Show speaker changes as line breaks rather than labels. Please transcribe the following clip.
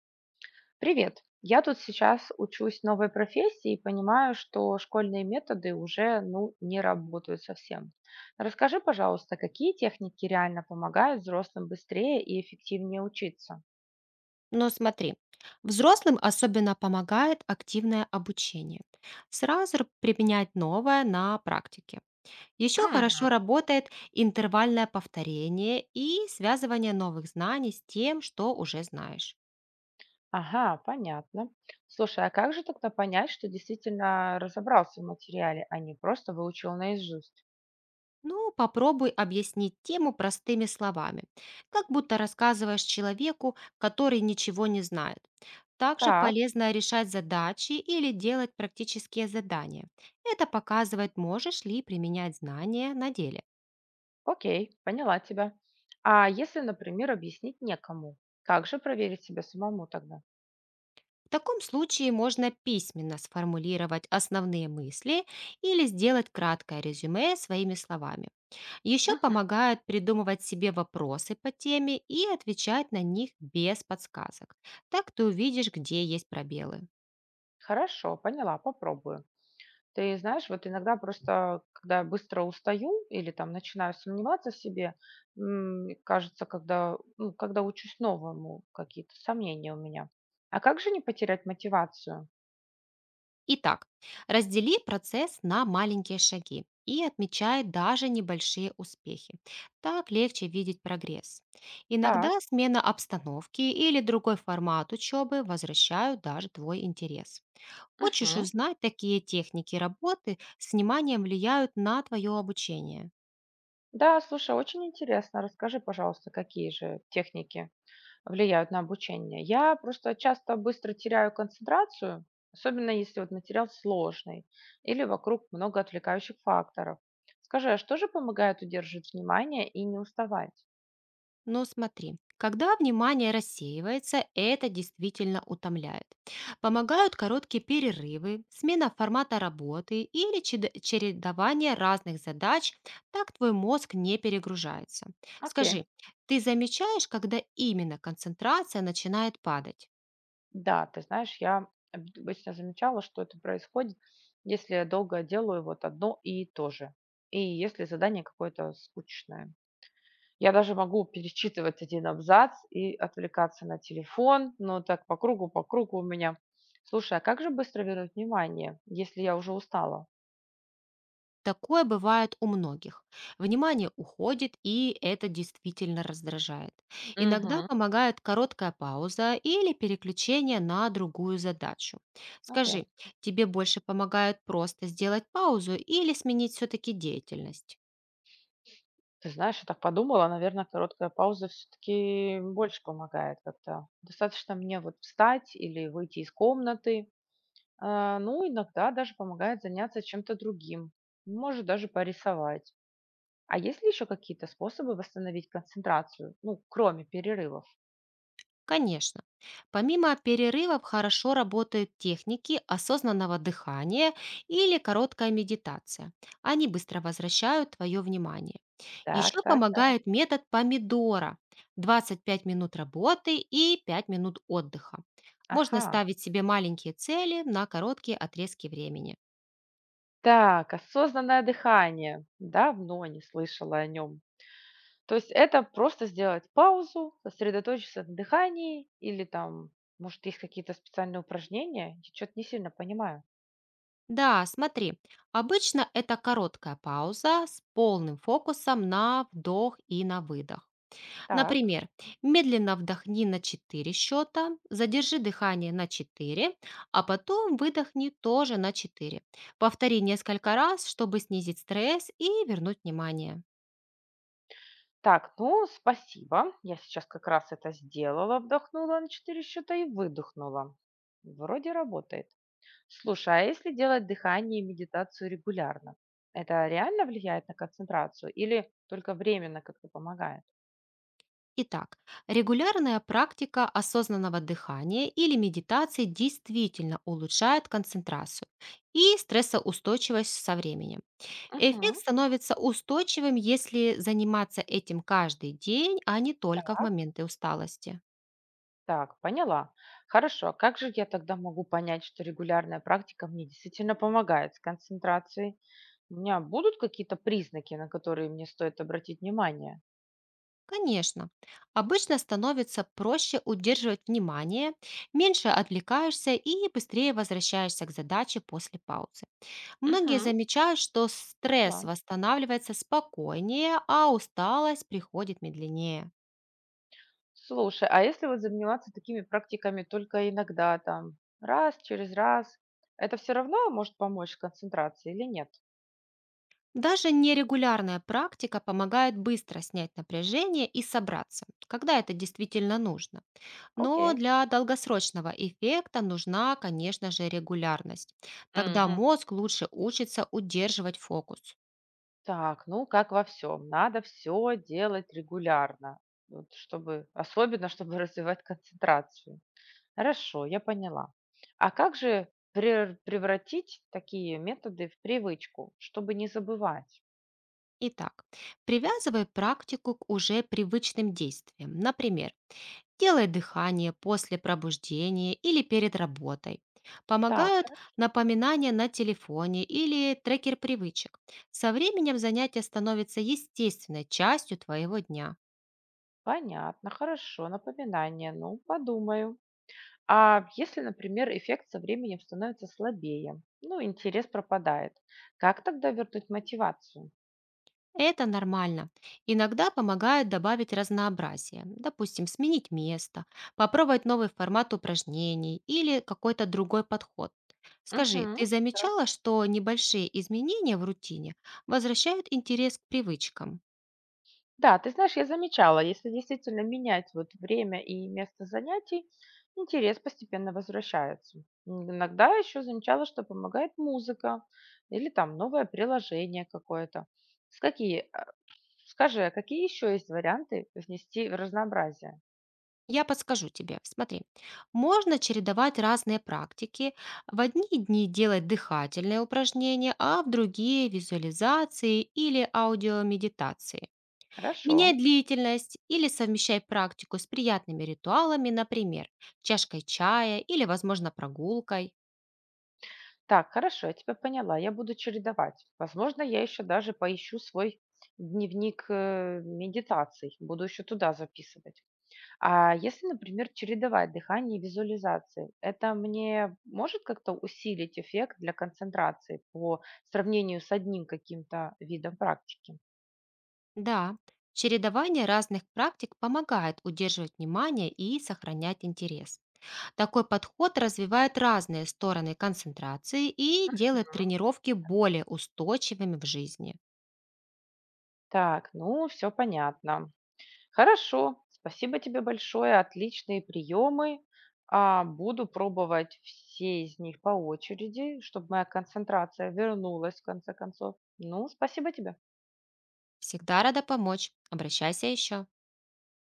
Привет! Я тут сейчас учусь новой профессии и понимаю, что школьные методы уже ну, не работают совсем. Расскажи, пожалуйста, какие техники реально помогают взрослым быстрее и эффективнее учиться?
Но смотри, взрослым особенно помогает активное обучение. Сразу применять новое на практике. Еще
Мгм.
хорошо работает интервальное повторение и связывание новых знаний с тем, что уже знаешь.
Ага, понятно. Слушай, а как же тогда понять, что действительно разобрался в материале, а не просто выучил наизусть?
Ну, попробуй объяснить тему простыми словами, как будто рассказываешь человеку, который ничего не знает. Также
Так,
полезно решать задачи или делать практические задания. Это показывает, можешь ли применять знания на деле.
окей, поняла тебя. А если, например, объяснить некому, как же проверить себя самому тогда?
В таком случае можно письменно сформулировать основные мысли или сделать краткое резюме своими словами. Еще
Мгм.
помогают придумывать себе вопросы по теме и отвечать на них без подсказок. Так ты увидишь, где есть пробелы.
Хорошо, поняла, попробую. Ты знаешь, вот иногда просто, когда я быстро устаю или там начинаю сомневаться в себе, кажется, когда учусь новому, какие-то сомнения у меня. А как же не потерять мотивацию?
Итак, раздели процесс на маленькие шаги и отмечай даже небольшие успехи. Так легче видеть прогресс. Иногда
Так.
смена обстановки или другой формат учебы возвращают даже твой интерес. Хочешь
Мгм.
узнать, какие техники работы с вниманием влияют на твое обучение?
Да, слушай, очень интересно. Расскажи, пожалуйста, какие же техники? Влияют на обучение. Я просто часто быстро теряю концентрацию, особенно если вот материал сложный или вокруг много отвлекающих факторов. Скажи, а что же помогает удерживать внимание и не уставать?
Но смотри, когда внимание рассеивается, это действительно утомляет. Помогают короткие перерывы, смена формата работы или чередование разных задач, так твой мозг не перегружается.
Окей,
Скажи, ты замечаешь, когда именно концентрация начинает падать?
да, ты знаешь, я обычно замечала, что это происходит, если я долго делаю вот одно и то же. И если задание какое-то скучное. Я даже могу перечитывать один абзац и отвлекаться на телефон, но так по кругу у меня. Слушай, а как же быстро вернуть внимание, если я уже устала?
Такое бывает у многих. Внимание уходит, и это действительно раздражает. Иногда
Угу.
помогает короткая пауза или переключение на другую задачу.
Окей.
Скажи, тебе больше помогает просто сделать паузу или сменить все-таки деятельность?
Ты знаешь, я так подумала, наверное, короткая пауза все-таки больше помогает как-то. Достаточно мне вот встать или выйти из комнаты. А, ну, иногда даже помогает заняться чем-то другим. Может даже порисовать. А есть ли еще какие-то способы восстановить концентрацию? Ну, кроме перерывов.
Конечно. Помимо перерывов хорошо работают техники осознанного дыхания или короткая медитация. Они быстро возвращают твое внимание.
Так,
Еще
так, так.
помогает метод помидора. 25 минут работы и 5 минут отдыха. Можно
Ага.
ставить себе маленькие цели на короткие отрезки времени.
Так, осознанное дыхание. Давно не слышала о нем. То есть это просто сделать паузу, сосредоточиться на дыхании или там, может, есть какие-то специальные упражнения? Я что-то не сильно понимаю.
Да, смотри, обычно это короткая пауза с полным фокусом на вдох и на выдох.
Так.
Например, медленно вдохни на 4 счета, задержи дыхание на 4, а потом выдохни тоже на 4. Повтори несколько раз, чтобы снизить стресс и вернуть внимание.
Так, ну, спасибо. Я сейчас как раз это сделала, вдохнула на 4 счета и выдохнула. Вроде работает. Слушай, а если делать дыхание и медитацию регулярно, это реально влияет на концентрацию или только временно как-то помогает?
Итак, регулярная практика осознанного дыхания или медитации действительно улучшает концентрацию и стрессоустойчивость со временем. Эффект
Мгм.
становится устойчивым, если заниматься этим каждый день, а не только в
Так,
моменты усталости.
так, поняла. Хорошо, а как же я тогда могу понять, что регулярная практика мне действительно помогает с концентрацией? У меня будут какие-то признаки, на которые мне стоит обратить внимание?
Конечно, обычно становится проще удерживать внимание, меньше отвлекаешься и быстрее возвращаешься к задаче после паузы. Многие
Мгм.
замечают, что стресс
Поняла.
восстанавливается спокойнее, а усталость приходит медленнее.
Слушай, а если вот заниматься такими практиками только иногда, там, раз через раз, это все равно может помочь концентрации или нет?
Даже нерегулярная практика помогает быстро снять напряжение и собраться, когда это действительно нужно. Но
Окей.
для долгосрочного эффекта нужна, конечно же, регулярность. Тогда
Мгм.
мозг лучше учится удерживать фокус.
Так, ну, как во всем, надо все делать регулярно, вот чтобы особенно чтобы развивать концентрацию. Хорошо, я поняла. А как же прер превратить такие методы в привычку, чтобы не забывать?
Итак, привязывай практику к уже привычным действиям. Например, делай дыхание после пробуждения или перед работой.
Так,
Помогают
хоро
напоминания на телефоне или трекер привычек. Со временем занятие становится естественной частью твоего дня.
понятно, хорошо, напоминание, ну, подумаю. А если, например, эффект со временем становится слабее, ну, интерес пропадает, как тогда вернуть мотивацию?
Это нормально. Иногда помогает добавить разнообразие. Допустим, сменить место, попробовать новый формат упражнений или какой-то другой подход. Скажи,
Мгм.
ты замечала, что небольшие изменения в рутине возвращают интерес к привычкам?
Да, ты знаешь, я замечала, если действительно менять вот время и место занятий, интерес постепенно возвращается. Иногда еще замечала, что помогает музыка или там новое приложение какое-то. С какие, а, скажи, а какие еще есть варианты внести в разнообразие?
Я подскажу тебе. Смотри, можно чередовать разные практики. В одни дни делать дыхательные упражнения, а в другие — визуализации или аудиомедитации.
Хорошо.
Меняй длительность или совмещай практику с приятными ритуалами, например, чашкой чая или, возможно, прогулкой.
Так, хорошо, я тебя поняла. Я буду чередовать. Возможно, я еще даже поищу свой дневник медитаций. Буду еще туда записывать. А если, например, чередовать дыхание и визуализации, это мне может как-то усилить эффект для концентрации по сравнению с одним каким-то видом практики?
Да, чередование разных практик помогает удерживать внимание и сохранять интерес. Такой подход развивает разные стороны концентрации и делает тренировки более устойчивыми в жизни.
Так, ну, все понятно. Хорошо, спасибо тебе большое, отличные приемы. А, буду пробовать все из них по очереди, чтобы моя концентрация вернулась в конце концов. Ну, спасибо тебе.
Всегда рада помочь. Обращайся еще.